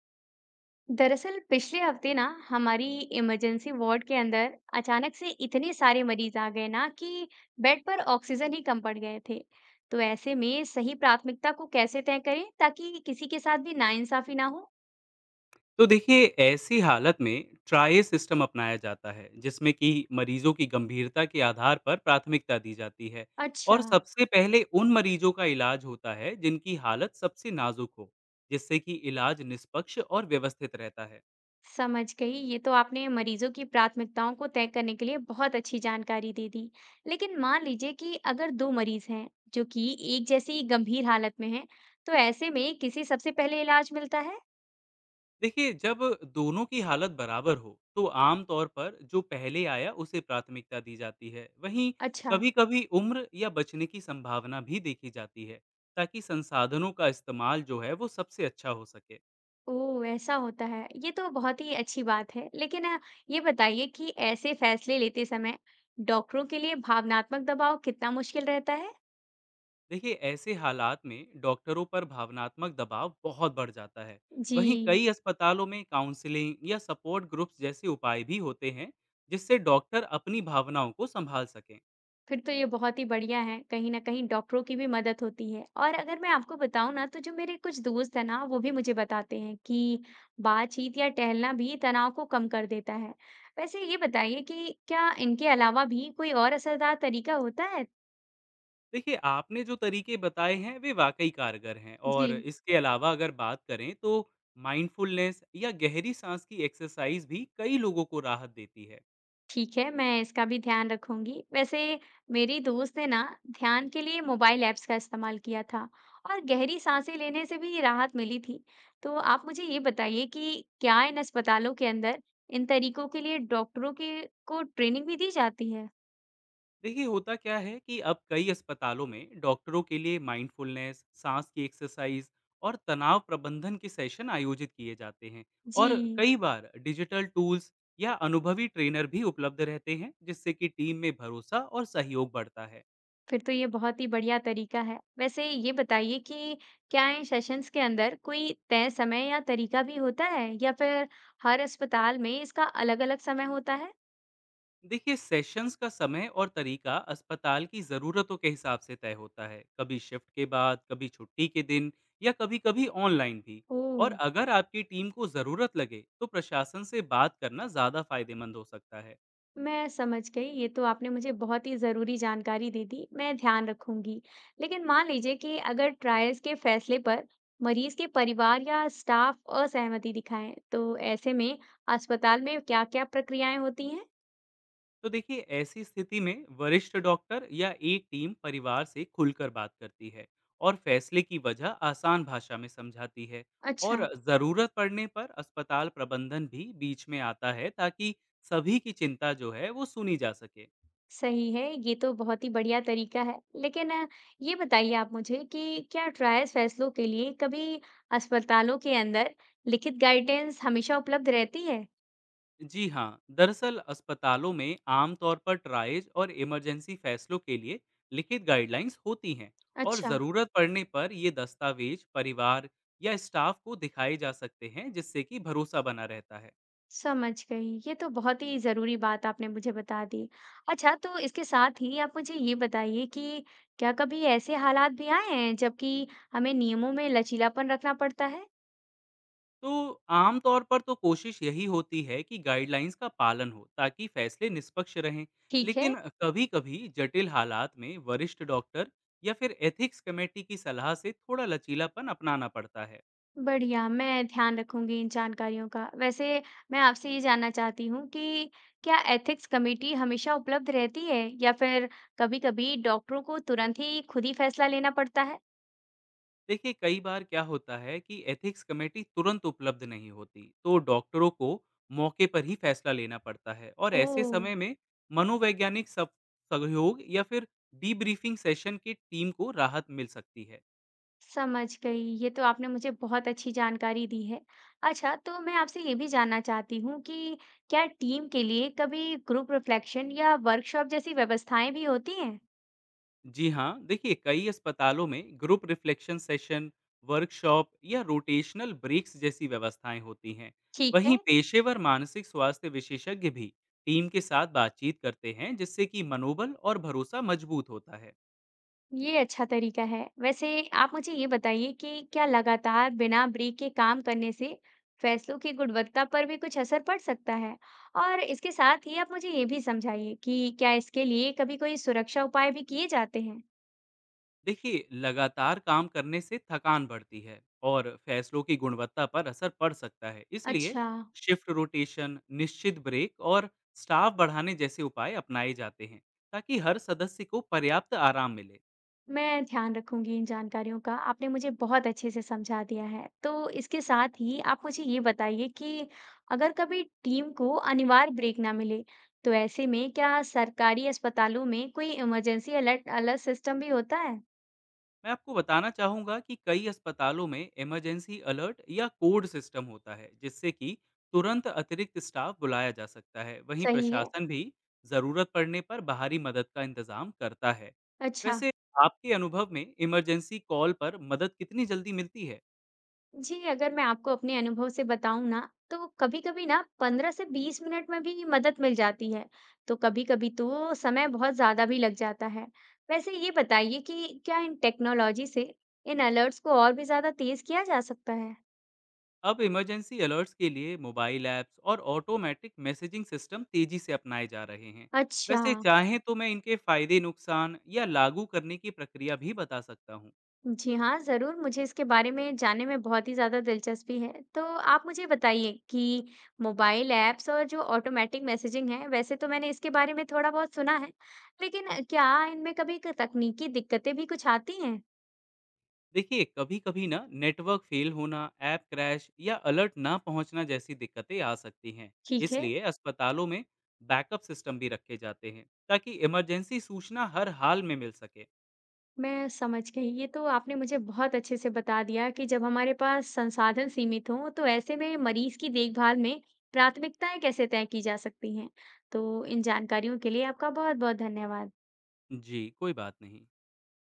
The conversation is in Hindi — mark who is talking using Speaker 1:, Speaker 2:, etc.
Speaker 1: दरअसल पिछले हफ्ते ना हमारी इमरजेंसी वार्ड के अंदर अचानक से इतने सारे मरीज आ गए ना कि बेड पर ऑक्सीजन ही कम पड़ गए थे। तो ऐसे में सही प्राथमिकता को कैसे तय करें ताकि किसी के साथ भी नाइंसाफी ना हो।
Speaker 2: तो देखिए ऐसी हालत में ट्राई सिस्टम अपनाया जाता है, जिसमें कि मरीजों की गंभीरता के आधार पर प्राथमिकता दी जाती है। और
Speaker 1: अच्छा,
Speaker 2: सबसे पहले उन मरीजों का इलाज होता है जिनकी हालत सबसे नाजुक हो, जिससे कि इलाज निष्पक्ष और व्यवस्थित रहता है।
Speaker 1: समझ गई। ये तो आपने मरीजों की प्राथमिकताओं को तय करने के लिए बहुत अच्छी जानकारी दे दी। लेकिन मान लीजिए कि अगर दो मरीज हैं जो कि एक जैसी गंभीर हालत में हैं, तो ऐसे में किसे सबसे पहले इलाज मिलता है?
Speaker 2: देखिए, जब दोनों की हालत बराबर हो तो आमतौर पर जो पहले आया उसे प्राथमिकता दी जाती है। वहीं
Speaker 1: अच्छा।
Speaker 2: कभी-कभी उम्र या बचने की संभावना भी देखी जाती है, ताकि संसाधनों का इस्तेमाल जो है वो सबसे अच्छा हो सके।
Speaker 1: ओह! ऐसा होता है। ये तो बहुत ही अच्छी बात है। लेकिन ये बताइए कि ऐसे फैसले लेते समय डॉक्टरों के लिए भावनात्मक दबाव कितना मुश्किल रहता है?
Speaker 2: देखिए, ऐसे हालात में डॉक्टरों पर भावनात्मक दबाव बहुत बढ़ जाता है। वहीं
Speaker 1: जी।
Speaker 2: कई अस्पतालों में काउंसलिंग या सपोर्ट ग्रुप्स जैसे उपाय भी होते हैं, जिससे डॉक्टर अपनी भावनाओं को संभाल सकें।
Speaker 1: फिर तो ये बहुत ही बढ़िया है। कहीं न कहीं डॉक्टरों की भी मदद होती है। और अगर मैं आपको बताऊँ ना, तो जो मेरे कुछ दोस्त हैं ना, वो भी मुझे बताते हैं कि बातचीत या टहलना भी तनाव को कम कर देता है। वैसे ये बताइए कि क्या इनके अलावा भी कोई और असरदार तरीका होता है?
Speaker 2: देखिए, आपने जो तरीके बताए हैं वे वाकई कारगर हैं,
Speaker 1: जी।
Speaker 2: और इसके अलावा अगर बात करें तो माइंडफुलनेस या गहरी सांस की एक्सरसाइज भी कई लोगों को राहत देती है।
Speaker 1: ठीक है, मैं इसका भी ध्यान रखूंगी। वैसे मेरी दोस्त ने ना ध्यान के लिए मोबाइल ऐप्स का इस्तेमाल किया था, और गहरी सांसें लेने से भी राहत मिली थी। तो आप मुझे ये बताइए कि क्या इन अस्पतालों के अंदर इन तरीकों के लिए डॉक्टरों की को ट्रेनिंग भी दी जाती है?
Speaker 2: देखिए, होता क्या है कि अब कई अस्पतालों में डॉक्टरों के लिए माइंडफुलनेस, सांस की एक्सरसाइज और तनाव प्रबंधन के सेशन आयोजित किए जाते हैं। और
Speaker 1: जी।
Speaker 2: कई बार डिजिटल टूल्स या अनुभवी ट्रेनर भी उपलब्ध रहते हैं, जिससे कि टीम में भरोसा और सहयोग बढ़ता है।
Speaker 1: फिर तो ये बहुत ही बढ़िया तरीका है। वैसे ये बताइए कि क्या इन सेशंस के अंदर कोई तय समय या तरीका भी होता है, या फिर हर अस्पताल में इसका अलग-अलग समय होता है?
Speaker 2: देखिए, सेशंस का समय और तरीका अस्पताल की ज़रूरतों के हिसाब से तय होता है। कभी शिफ्ट के बाद, कभी छुट्टी के दिन, या कभी कभी ऑनलाइन भी।
Speaker 1: ओह।
Speaker 2: और अगर आपकी टीम को ज़रूरत लगे तो प्रशासन से बात करना ज़्यादा फायदेमंद हो सकता है।
Speaker 1: मैं समझ गई। ये तो आपने मुझे बहुत ही ज़रूरी जानकारी दे दी, मैं ध्यान रखूंगी। लेकिन मान लीजिए कि अगर ट्रायल्स के फैसले पर मरीज के परिवार या स्टाफ असहमति दिखाएं, तो ऐसे में अस्पताल में क्या-क्या प्रक्रियाएं होती हैं?
Speaker 2: तो देखिए, ऐसी स्थिति में वरिष्ठ डॉक्टर या एक टीम परिवार से खुलकर बात करती है और फैसले की वजह आसान भाषा में समझाती है।
Speaker 1: अच्छा।
Speaker 2: और ज़रूरत पड़ने पर अस्पताल प्रबंधन भी बीच में आता है, ताकि सभी की चिंता जो है वो सुनी जा सके।
Speaker 1: सही है, ये तो बहुत ही बढ़िया तरीका है। लेकिन ये बताइए आप मुझे कि क्या ट्रायल्स फैसलों के लिए कभी अस्पतालों के अंदर लिखित गाइडेंस हमेशा उपलब्ध रहती है?
Speaker 2: जी हाँ, दरअसल अस्पतालों में आमतौर पर ट्राइज और इमरजेंसी फैसलों के लिए लिखित गाइडलाइंस होती हैं। और
Speaker 1: अच्छा।
Speaker 2: ज़रूरत पड़ने पर ये दस्तावेज परिवार या स्टाफ को दिखाए जा सकते हैं, जिससे कि भरोसा बना रहता है।
Speaker 1: समझ गई। ये तो बहुत ही ज़रूरी बात आपने मुझे बता दी। अच्छा, तो इसके साथ ही आप मुझे ये बताइए कि क्या कभी ऐसे हालात भी आए हैं जबकि हमें नियमों में लचीलापन रखना पड़ता है?
Speaker 2: तो आम तौर पर तो कोशिश यही होती है कि गाइडलाइंस का पालन हो ताकि फैसले निष्पक्ष रहें,
Speaker 1: ठीक है।
Speaker 2: लेकिन कभी-कभी जटिल हालात में वरिष्ठ डॉक्टर या फिर एथिक्स कमेटी की सलाह से थोड़ा लचीलापन अपनाना पड़ता है।
Speaker 1: बढ़िया, मैं ध्यान रखूँगी इन जानकारियों का। वैसे मैं आपसे ये जानना चाहती हूँ कि क्या एथिक्स कमेटी हमेशा उपलब्ध रहती है, या फिर कभी-कभी डॉक्टरों को तुरंत ही खुद ही फैसला लेना पड़ता है?
Speaker 2: देखिए, कई बार क्या होता है कि एथिक्स कमेटी तुरंत उपलब्ध नहीं होती, तो डॉक्टरों को मौके पर ही फैसला लेना पड़ता है। और ऐसे
Speaker 1: ओह!
Speaker 2: समय में मनोवैज्ञानिक सब सहयोग या फिर डीब्रीफिंग सेशन की टीम को राहत मिल सकती है।
Speaker 1: समझ गई। ये तो आपने मुझे बहुत अच्छी जानकारी दी है। अच्छा, तो मैं आपसे ये भी जानना चाहती हूँ कि क्या टीम के लिए कभी ग्रुप रिफ्लेक्शन या वर्कशॉप जैसी व्यवस्थाएं भी होती हैं?
Speaker 2: जी हाँ, देखिए कई अस्पतालों में ग्रुप रिफ्लेक्शन सेशन, वर्कशॉप या रोटेशनल ब्रेक्स जैसी व्यवस्थाएं होती हैं।
Speaker 1: ठीक है।
Speaker 2: वहीं पेशेवर मानसिक स्वास्थ्य विशेषज्ञ भी टीम के साथ बातचीत करते हैं, जिससे कि मनोबल और भरोसा मजबूत होता है।
Speaker 1: ये अच्छा तरीका है। वैसे आप मुझे ये बताइए कि क्या लगातार बिना ब्रेक के काम करने से फैसलों की गुणवत्ता पर भी कुछ असर पड़ सकता है? और इसके साथ ही आप मुझे ये भी समझाइए कि क्या इसके लिए कभी कोई सुरक्षा उपाय भी किए जाते हैं?
Speaker 2: देखिए, लगातार काम करने से थकान बढ़ती है और फैसलों की गुणवत्ता पर असर पड़ सकता है। इसलिए
Speaker 1: अच्छा।
Speaker 2: शिफ्ट रोटेशन, निश्चित ब्रेक और स्टाफ बढ़ाने जैसे उपाय अपनाए जाते हैं, ताकि हर सदस्य को पर्याप्त आराम मिले।
Speaker 1: मैं ध्यान रखूंगी इन जानकारियों का, आपने मुझे बहुत अच्छे से समझा दिया है। तो इसके साथ ही आप मुझे ये बताइए कि अगर कभी टीम को अनिवार्य ब्रेक ना मिले, तो ऐसे में क्या सरकारी अस्पतालों में कोई इमरजेंसी अलर्ट अलर्ट सिस्टम भी होता है?
Speaker 2: मैं आपको बताना चाहूँगा कि कई अस्पतालों में इमरजेंसी अलर्ट या कोड सिस्टम होता है, जिससे कि तुरंत अतिरिक्त स्टाफ बुलाया जा सकता है। वहीं
Speaker 1: सही है।
Speaker 2: प्रशासन भी ज़रूरत पड़ने पर बाहरी मदद का इंतज़ाम करता है।
Speaker 1: अच्छा।
Speaker 2: वैसे आपके अनुभव में इमरजेंसी कॉल पर मदद कितनी जल्दी मिलती है?
Speaker 1: जी, अगर मैं आपको अपने अनुभव से बताऊँ ना, तो कभी-कभी ना 15 से 20 मिनट में भी मदद मिल जाती है, तो कभी-कभी तो समय बहुत ज़्यादा भी लग जाता है। वैसे ये बताइए कि क्या इन टेक्नोलॉजी से इन अलर्ट्स को और भी ज़्यादा तेज़ किया जा सकता है?
Speaker 2: अब इमरजेंसी अलर्ट्स के लिए मोबाइल ऐप्स और ऑटोमेटिक मैसेजिंग सिस्टम तेज़ी से अपनाए जा रहे हैं।
Speaker 1: अच्छा।
Speaker 2: वैसे चाहें तो मैं इनके फ़ायदे, नुकसान या लागू करने की प्रक्रिया भी बता सकता हूँ।
Speaker 1: जी हाँ, ज़रूर, मुझे इसके बारे में जानने में बहुत ही ज़्यादा दिलचस्पी है। तो आप मुझे बताइए कि मोबाइल ऐप्स और जो ऑटोमेटिक मैसेजिंग है, वैसे तो मैंने इसके बारे में थोड़ा बहुत सुना है, लेकिन क्या इनमें कभी क तकनीकी दिक्कतें भी कुछ आती हैं?
Speaker 2: देखिए, कभी-कभी ना नेटवर्क फेल होना, ऐप क्रैश या अलर्ट ना पहुंचना जैसी दिक्कतें आ सकती हैं।
Speaker 1: ठीक है।
Speaker 2: इसलिए अस्पतालों में बैकअप सिस्टम भी रखे जाते हैं, ताकि इमरजेंसी सूचना हर हाल में मिल सके।
Speaker 1: मैं समझ गई। ये तो आपने मुझे बहुत अच्छे से बता दिया कि जब हमारे पास संसाधन सीमित हों, तो ऐसे में मरीज की देखभाल में प्राथमिकताएँ कैसे तय की जा सकती हैं। तो इन जानकारियों के लिए आपका बहुत-बहुत धन्यवाद।
Speaker 2: जी, कोई बात नहीं।